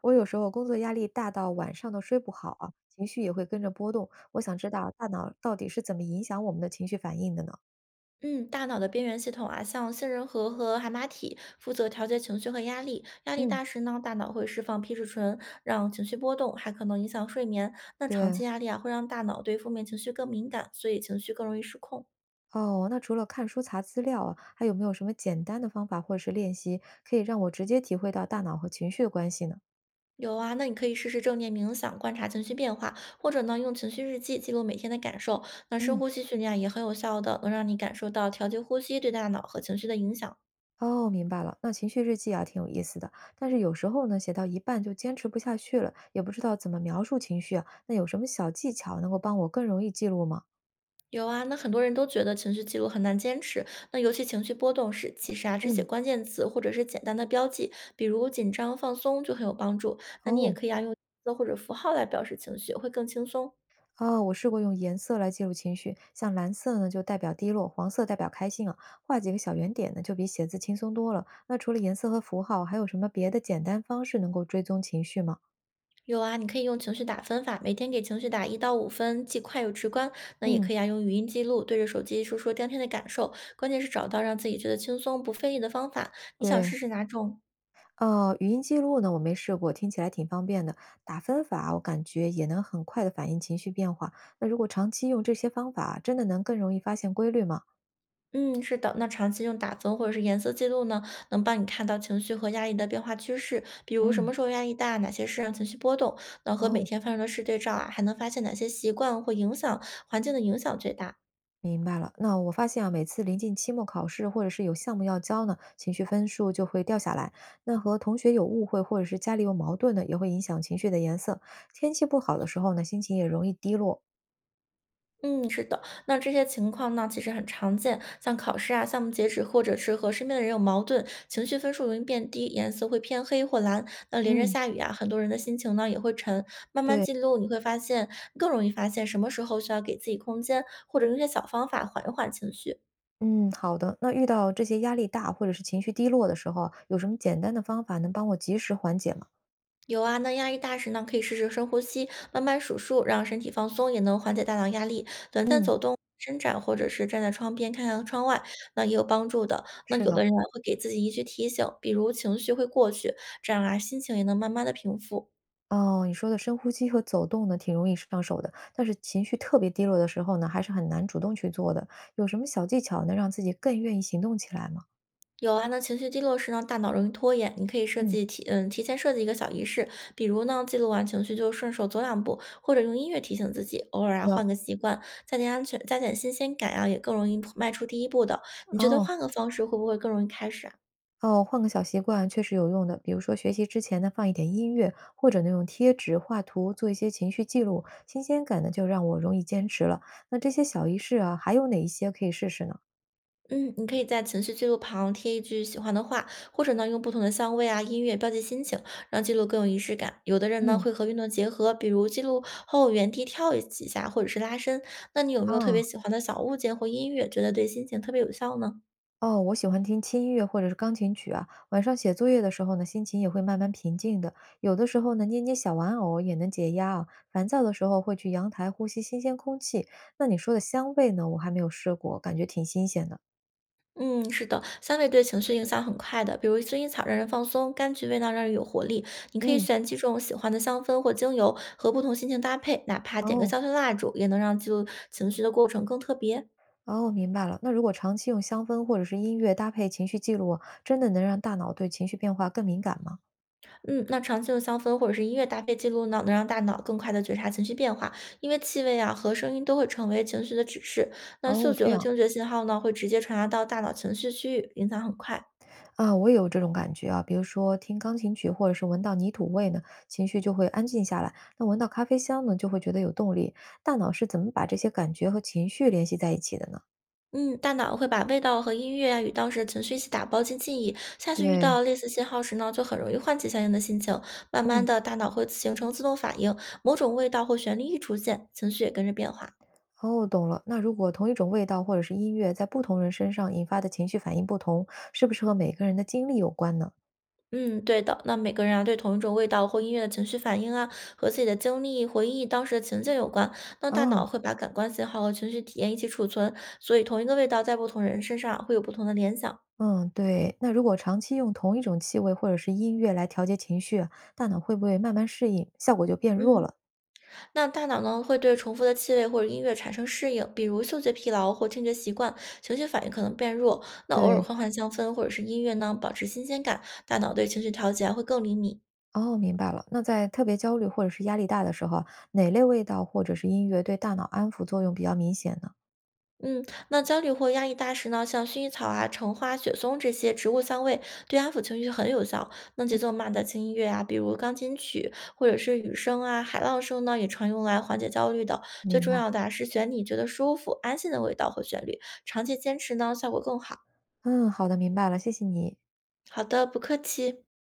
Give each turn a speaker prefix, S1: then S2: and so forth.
S1: 我有时候工作压力大到晚上都睡不好啊，情绪也会跟着波动。我想知道大脑到底是怎么影响我们的情绪反应的呢？
S2: 嗯，大脑的边缘系统啊，像杏仁核和海马体，负责调节情绪和压力。压力
S1: 嗯，
S2: 大时呢，大脑会释放皮质醇，让情绪波动，还可能影响睡眠。那长
S1: 对，
S2: 期压力啊，会让大脑对负面情绪更敏感，所以情绪更容易失控。
S1: 哦，那除了看书查资料啊，还有没有什么简单的方法或者是练习，可以让我直接体会到大脑和情绪的关系呢？
S2: 有啊，那你可以试试正念冥想，观察情绪变化，或者呢，用情绪日记记录每天的感受。那深
S1: 嗯，
S2: 呼吸训练啊也很有效的，能让你感受到调节呼吸对大脑和情绪的影响。
S1: 哦，明白了。那情绪日记啊，挺有意思的，但是有时候呢，写到一半就坚持不下去了，也不知道怎么描述情绪啊。那有什么小技巧能够帮我更容易记录吗？
S2: 有啊，那很多人都觉得情绪记录很难坚持，那尤其情绪波动时，其实啊，只写
S1: 嗯，
S2: 关键词或者是简单的标记，比如紧张、放松就很有帮助。那你也
S1: 哦。
S2: 可以啊，用字或者符号来表示情绪，会更轻松。
S1: 哦，我试过用颜色来记录情绪，像蓝色呢就代表低落，黄色代表开心啊，画几个小圆点呢就比写字轻松多了。那除了颜色和符号，还有什么别的简单方式能够追踪情绪吗？
S2: 有啊，你可以用情绪打分法，每天给情绪打1到5分，既快又直观。那也
S1: 嗯，
S2: 可以啊，用语音记录，对着手机说说当天的感受，关键是找到让自己觉得轻松不费力的方法。你想
S1: 对，
S2: 试试哪种？
S1: 语音记录呢我没试过，听起来挺方便的。打分法我感觉也能很快的反映情绪变化。那如果长期用这些方法，真的能更容易发现规律吗？
S2: 嗯，是的，那长期用打分或者是颜色记录呢，能帮你看到情绪和压力的变化趋势，比如什
S1: 嗯，
S2: 么时候压力大，哪些事让情绪波动，那和每
S1: 哦。
S2: 天发生的事对照啊，还能发现哪些习惯或影响环境的影响最大。
S1: 明白了，那我发现啊，每次临近期末考试或者是有项目要交呢，情绪分数就会掉下来。那和同学有误会或者是家里有矛盾呢，也会影响情绪的颜色。天气不好的时候呢，心情也容易低落。
S2: 嗯，是的，那这些情况呢，其实很常见，像考试啊、项目截止，或者是和身边的人有矛盾，情绪分数容易变低，颜色会偏黑或蓝。那连着
S1: 嗯，
S2: 下雨啊，很多人的心情呢也会沉。慢慢
S1: 对，
S2: 记录，你会发现更容易发现什么时候需要给自己空间，或者用一些小方法缓一缓情绪。
S1: 嗯，好的。那遇到这些压力大或者是情绪低落的时候啊，有什么简单的方法能帮我及时缓解吗？
S2: 有啊，那压力大时呢，可以试试深呼吸，慢慢数数，让身体放松，也能缓解大脑压力。短暂
S1: 嗯，
S2: 走动、伸展，或者是站在窗边看看窗外，那也有帮助的。那
S1: 是
S2: 有
S1: 的。
S2: 的人啊会给自己一句提醒，比如情绪会过去，这样啊，心情也能慢慢的平复。
S1: 哦，你说的深呼吸和走动呢，挺容易上手的，但是情绪特别低落的时候呢，还是很难主动去做的。有什么小技巧能让自己更愿意行动起来吗？
S2: 有啊，那情绪低落时呢，大脑容易拖延，你可以设
S1: 嗯，
S2: 计提嗯提前设计一个小仪式，比如呢记录完情绪就顺手走两步，或者用音乐提醒自己，偶尔
S1: 是
S2: 啊换
S1: 的，
S2: 个习惯，加点安全，加点新鲜感啊，也更容易迈出第一步的。你觉得
S1: 哦
S2: 换个方式会不会更容易开始啊？
S1: 哦，换个小习惯确实有用的，比如说学习之前呢，放一点音乐，或者呢用贴纸、画图做一些情绪记录，新鲜感呢就让我容易坚持了。那这些小仪式啊，还有哪一些可以试试呢？
S2: 嗯，你可以在情绪记录旁贴一句喜欢的话，或者呢用不同的香味啊、音乐标记心情，让记录更有仪式感。有的人呢
S1: 嗯，
S2: 会和运动结合，比如记录后原地跳几下，或者是拉伸。那你有没有特
S1: 哦。
S2: 别喜欢的小物件或音乐，觉得对心情特别有效呢？
S1: 哦，我喜欢听轻音乐或者是钢琴曲啊。晚上写作业的时候呢，心情也会慢慢平静的。有的时候呢，捏捏小玩偶也能解压啊。烦躁的时候会去阳台呼吸新鲜空气。那你说的香味呢，我还没有试过，感觉挺新鲜的。
S2: 嗯，是的，香味对情绪影响很快的，比如薰衣草让人放松，柑橘味道让人有活力。你可以
S1: 嗯，
S2: 选几种喜欢的香氛或精油，和不同心情搭配，哪怕点个
S1: 哦
S2: 香薰蜡烛，也能让记录情绪的过程更特别。
S1: 哦，明白了。那如果长期用香氛或者是音乐搭配情绪记录啊，真的能让大脑对情绪变化更敏感吗？
S2: 嗯，那长期用香氛或者是音乐搭配记录呢，能让大脑更快地觉察情绪变化，因为气味啊和声音都会成为情绪的指示。那嗅
S1: 哦，
S2: 觉
S1: 这
S2: 和
S1: 样。
S2: 听觉信号呢，会直接传达到大脑情绪区域，影响很快。
S1: 啊，我也有这种感觉啊，比如说听钢琴曲，或者是闻到泥土味呢，情绪就会安静下来；那闻到咖啡香呢，就会觉得有动力。大脑是怎么把这些感觉和情绪联系在一起的呢？
S2: 嗯，大脑会把味道和音乐啊与当时的情绪一起打包进记忆，下次遇
S1: 对，
S2: 到类似信号时呢，就很容易唤起相应的心情。慢慢
S1: 嗯，
S2: 的，大脑会形成自动反应，某种味道或旋律一出现，情绪也跟着变化。
S1: 哦，懂了。那如果同一种味道或者是音乐在不同人身上引发的情绪反应不同，是不是和每个人的经历有关呢？
S2: 嗯，对的。那每个人啊，对同一种味道或音乐的情绪反应啊，和自己的经历、回忆、当时的情境有关。那大
S1: 哦，
S2: 脑会把感官信号和情绪体验一起储存，所以同一个味道在不同人身上啊会有不同的联想。
S1: 嗯，对。那如果长期用同一种气味或者是音乐来调节情绪啊，大脑会不会慢慢适应，效果就变弱
S2: 嗯，
S1: 了？
S2: 那大脑呢会对重复的气味或者音乐产生适应，比如嗅觉疲劳或听觉习惯，情绪反应可能变弱。那偶尔
S1: 对。
S2: 换换香氛或者是音乐呢，保持新鲜感，大脑对情绪调节啊会更灵敏。
S1: 哦，明白了。那在特别焦虑或者是压力大的时候啊，哪类味道或者是音乐对大脑安抚作用比较明显呢？
S2: 嗯，那焦虑或压抑大时呢，像薰衣草啊、橙花、雪松这些植物香味，对安抚情绪很有效。那节奏慢的轻音乐啊，比如钢琴曲或者是雨声啊、海浪声呢，也常用来缓解焦虑的。最
S1: 明
S2: 重
S1: 白。
S2: 要的啊是选你觉得舒服、安心的味道和旋律，长期坚持呢，效果更好。
S1: 嗯，好的，明白了，谢谢你。
S2: 好的，不客气。